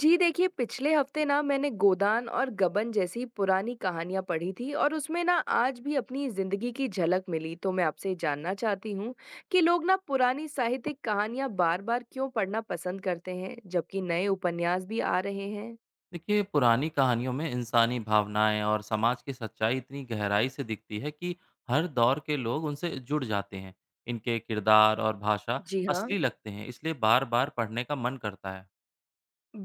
जी देखिए, पिछले हफ्ते ना मैंने गोदान और गबन जैसी पुरानी कहानियां पढ़ी थी और उसमें ना आज भी अपनी जिंदगी की झलक मिली। तो मैं आपसे जानना चाहती हूँ कि लोग ना पुरानी साहित्यिक कहानियां बार-बार क्यों पढ़ना पसंद करते हैं, जबकि नए उपन्यास भी आ रहे हैं। देखिए, पुरानी कहानियों में इंसानी भावनाएं और समाज की सच्चाई इतनी गहराई से दिखती है कि हर दौर के लोग उनसे जुड़ जाते हैं। इनके किरदार और भाषा जी हाँ। असली लगते हैं, इसलिए बार बार पढ़ने का मन करता है।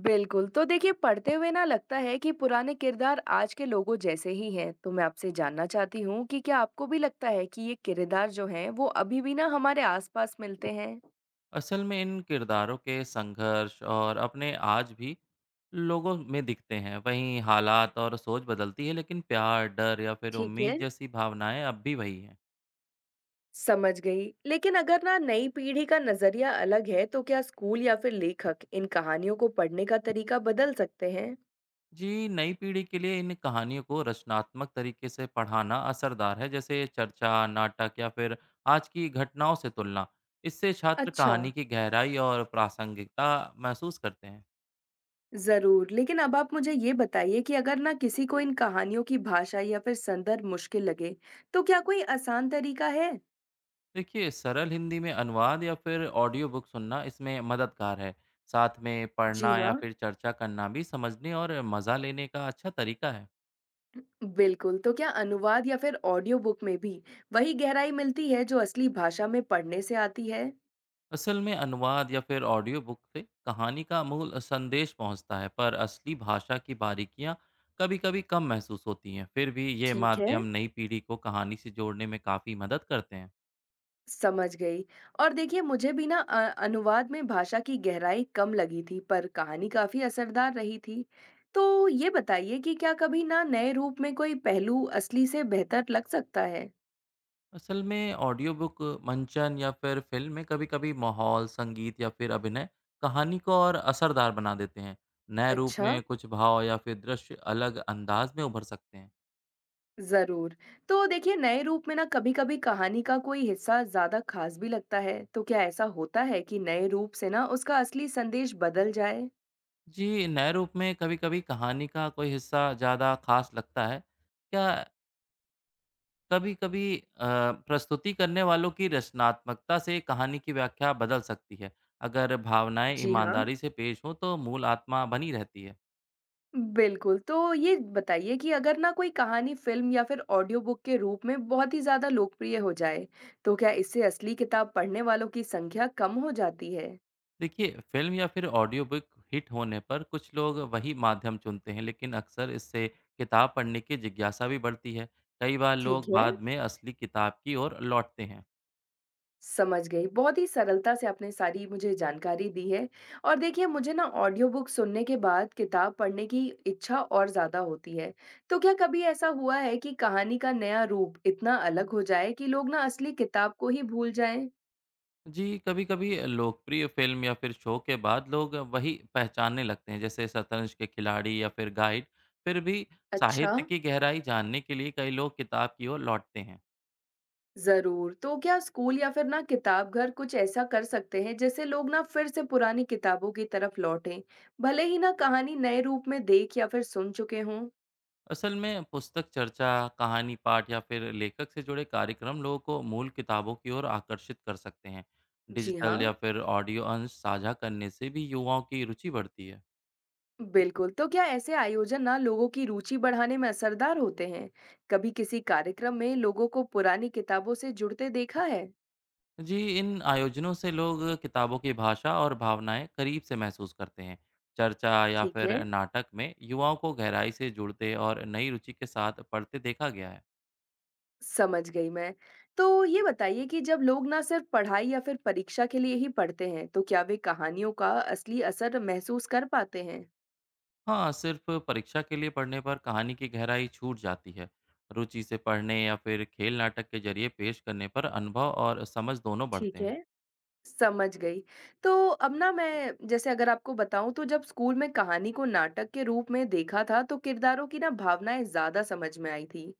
बिल्कुल, तो देखिए, पढ़ते हुए ना लगता है कि पुराने किरदार आज के लोगों जैसे ही हैं। तो मैं आपसे जानना चाहती हूँ कि क्या आपको भी लगता है कि ये किरदार जो हैं वो अभी भी ना हमारे आसपास मिलते हैं। असल में इन किरदारों के संघर्ष और अपने आज भी लोगों में दिखते हैं। वहीं हालात और सोच बदलती है, लेकिन प्यार, डर या फिर ठीक उम्मीद है, जैसी भावनाएं अब भी वही हैं। समझ गई। लेकिन अगर ना नई पीढ़ी का नजरिया अलग है, तो क्या स्कूल या फिर लेखक इन कहानियों को पढ़ने का तरीका बदल सकते हैं? जी, नई पीढ़ी के लिए इन कहानियों को रचनात्मक तरीके से पढ़ाना असरदार है, जैसे चर्चा, नाटक या फिर आज की घटनाओं से तुलना। इससे छात्र अच्छा। कहानी की गहराई और प्रासंगिकता महसूस करते हैं। जरूर, लेकिन अब आप मुझे ये बताइए कि अगर ना किसी को इन कहानियों की भाषा या फिर संदर्भ मुश्किल लगे, तो क्या कोई आसान तरीका है? देखिए, सरल हिंदी में अनुवाद या फिर ऑडियो बुक सुनना इसमें मददगार है। साथ में जी पढ़ना हाँ, या फिर चर्चा करना भी समझने और मज़ा लेने का अच्छा तरीका है। बिल्कुल। तो क्या अनुवाद या फिर ऑडियो बुक में भी वही गहराई मिलती है जो असली भाषा में पढ़ने से आती है? असल में अनुवाद या फिर ऑडियो बुक से कहानी का मूल संदेश पहुंचता है, पर असली भाषा की बारीकियां कभी-कभी कम महसूस होती हैं। फिर भी ये ठीक है, माध्यम नई पीढ़ी को कहानी से जोड़ने में काफ़ी मदद करते हैं। समझ गई। और देखिए, मुझे भी ना अनुवाद में भाषा की गहराई कम लगी थी, पर कहानी काफ़ी असरदार रही थी। तो ये बताइए कि क्या कभी ना नए रूप में कोई पहलू असली से बेहतर लग सकता है? असल में ऑडियो बुक, मंचन या फिर फिल्म में कभी-कभी माहौल, संगीत या फिर अभिनय कहानी को और असरदार बना देते हैं। नए रूप अच्छा, में कुछ भाव या फिर दृश्य अलग अंदाज में उभर सकते हैं। ज़रूर। तो देखिए, नए रूप में ना कभी-कभी कहानी का कोई हिस्सा ज़्यादा खास भी लगता है। तो क्या ऐसा होता है कि नए रूप से ना उसका असली संदेश बदल जाए? जी, नए रूप में कभी-कभी कहानी का कोई हिस्सा ज़्यादा खास लगता है क्या। कभी-कभी प्रस्तुति करने वालों की रचनात्मकता से कहानी की व्याख्या बदल सकती है। अगर भावनाएं जी हाँ, ईमानदारी से पेश हों तो मूल आत्मा बनी रहती है। बिल्कुल। तो ये बताइए कि अगर ना कोई कहानी फ़िल्म या फिर ऑडियो बुक के रूप में बहुत ही ज़्यादा लोकप्रिय हो जाए, तो क्या इससे असली किताब पढ़ने वालों की संख्या कम हो जाती है? देखिए, फिल्म या फिर ऑडियो बुक हिट होने पर कुछ लोग वही माध्यम चुनते हैं, लेकिन अक्सर इससे किताब पढ़ने की जिज्ञासा भी बढ़ती है। कई बार लोग ठीक है, बाद में असली किताब की ओर लौटते हैं। समझ गई। बहुत ही सरलता से आपने सारी मुझे जानकारी दी है। और देखिए, मुझे ना ऑडियो बुक सुनने के बाद किताब पढ़ने की इच्छा और ज़्यादा होती है। तो क्या कभी ऐसा हुआ है कि कहानी का नया रूप इतना अलग हो जाए कि लोग ना असली किताब को ही भूल जाएँ? जी, कभी-कभी लोकप्रिय फ़िल्म या फिर शो के बाद लोग वही पहचानने लगते हैं, जैसे शतरंज के खिलाड़ी या फिर गाइड। फिर भी अच्छा। साहित्य की गहराई जानने के लिए कई लोग किताब की ओर लौटते हैं। ज़रूर। तो क्या स्कूल या फिर ना किताबघर कुछ ऐसा कर सकते हैं जिससे लोग ना फिर से पुरानी किताबों की तरफ लौटें, भले ही ना कहानी नए रूप में देख या फिर सुन चुके हों? असल में पुस्तक चर्चा, कहानी पाठ या फिर लेखक से जुड़े कार्यक्रम लोगों को मूल किताबों की ओर आकर्षित कर सकते हैं। जी डिजिटल या हाँ, फिर ऑडियो अंश साझा करने से भी युवाओं की रुचि बढ़ती है। बिल्कुल। तो क्या ऐसे आयोजन ना लोगों की रुचि बढ़ाने में असरदार होते हैं? कभी किसी कार्यक्रम में लोगों को पुरानी किताबों से जुड़ते देखा है? जी, इन आयोजनों से लोग किताबों की भाषा और भावनाएं करीब से महसूस करते हैं। चर्चा या ठीक है, फिर नाटक में युवाओं को गहराई से जुड़ते और नई रुचि के साथ पढ़ते देखा गया है। समझ गई मैं। तो ये बताइए कि जब लोग ना सिर्फ पढ़ाई या फिर परीक्षा के लिए ही पढ़ते हैं, तो क्या वे कहानियों का असली असर महसूस कर पाते हैं? हाँ, सिर्फ परीक्षा के लिए पढ़ने पर कहानी की गहराई छूट जाती है। रुचि से पढ़ने या फिर खेल नाटक के जरिए पेश करने पर अनुभव और समझ दोनों बढ़ते ठीक हैं। है, समझ गई। तो अब ना मैं, जैसे अगर आपको बताऊँ, तो जब स्कूल में कहानी को नाटक के रूप में देखा था, तो किरदारों की ना भावनाएँ ज़्यादा समझ में आई थी।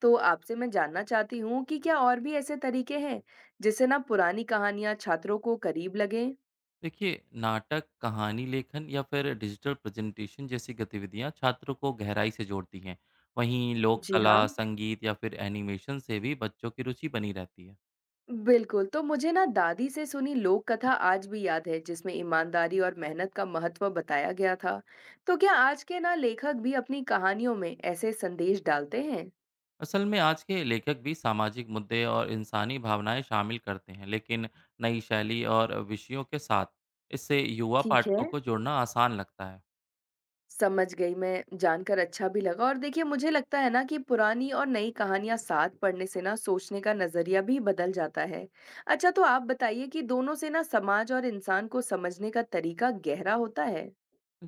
तो आपसे मैं जानना चाहती हूँ कि क्या और भी ऐसे तरीके हैं जिससे ना पुरानी कहानियाँ छात्रों को करीब लगें? देखिए, नाटक, कहानी लेखन या फिर डिजिटल प्रेजेंटेशन जैसी गतिविधियां छात्रों को गहराई से जोड़ती हैं। वहीं लोक जी कला, हाँ, संगीत या फिर एनिमेशन से भी बच्चों की रुचि बनी रहती है। बिल्कुल। तो मुझे ना दादी से सुनी लोक कथा आज भी याद है, जिसमें ईमानदारी और मेहनत का महत्व बताया गया था। तो क्या आज के ना लेखक भी अपनी कहानियों में ऐसे संदेश डालते हैं? असल में आज के लेखक भी सामाजिक मुद्दे और इंसानी भावनाएं शामिल करते हैं, लेकिन नई शैली और विषयों के साथ। इससे युवा ठीक है, पाठकों को जोड़ना आसान लगता है। समझ गई। मैं जानकर अच्छा भी लगा। और देखिए, मुझे लगता है ना कि पुरानी और नई कहानियाँ साथ पढ़ने से ना सोचने का नज़रिया भी बदल जाता है। अच्छा, तो आप बताइए कि दोनों से ना समाज और इंसान को समझने का तरीका गहरा होता है?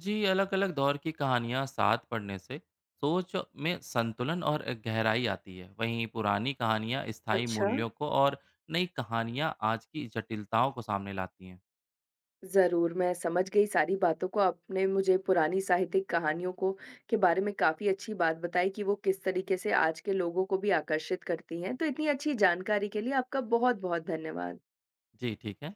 जी, अलग-अलग दौर की कहानियाँ साथ पढ़ने से सोच में संतुलन और गहराई आती है। वहीं पुरानी कहानियाँ स्थायी अच्छा। मूल्यों को और नई कहानियाँ आज की जटिलताओं को सामने लाती हैं। ज़रूर, मैं समझ गई सारी बातों को। आपने मुझे पुरानी साहित्यिक कहानियों को के बारे में काफ़ी अच्छी बात बताई कि वो किस तरीके से आज के लोगों को भी आकर्षित करती हैं। तो इतनी अच्छी जानकारी के लिए आपका बहुत-बहुत धन्यवाद। जी ठीक है।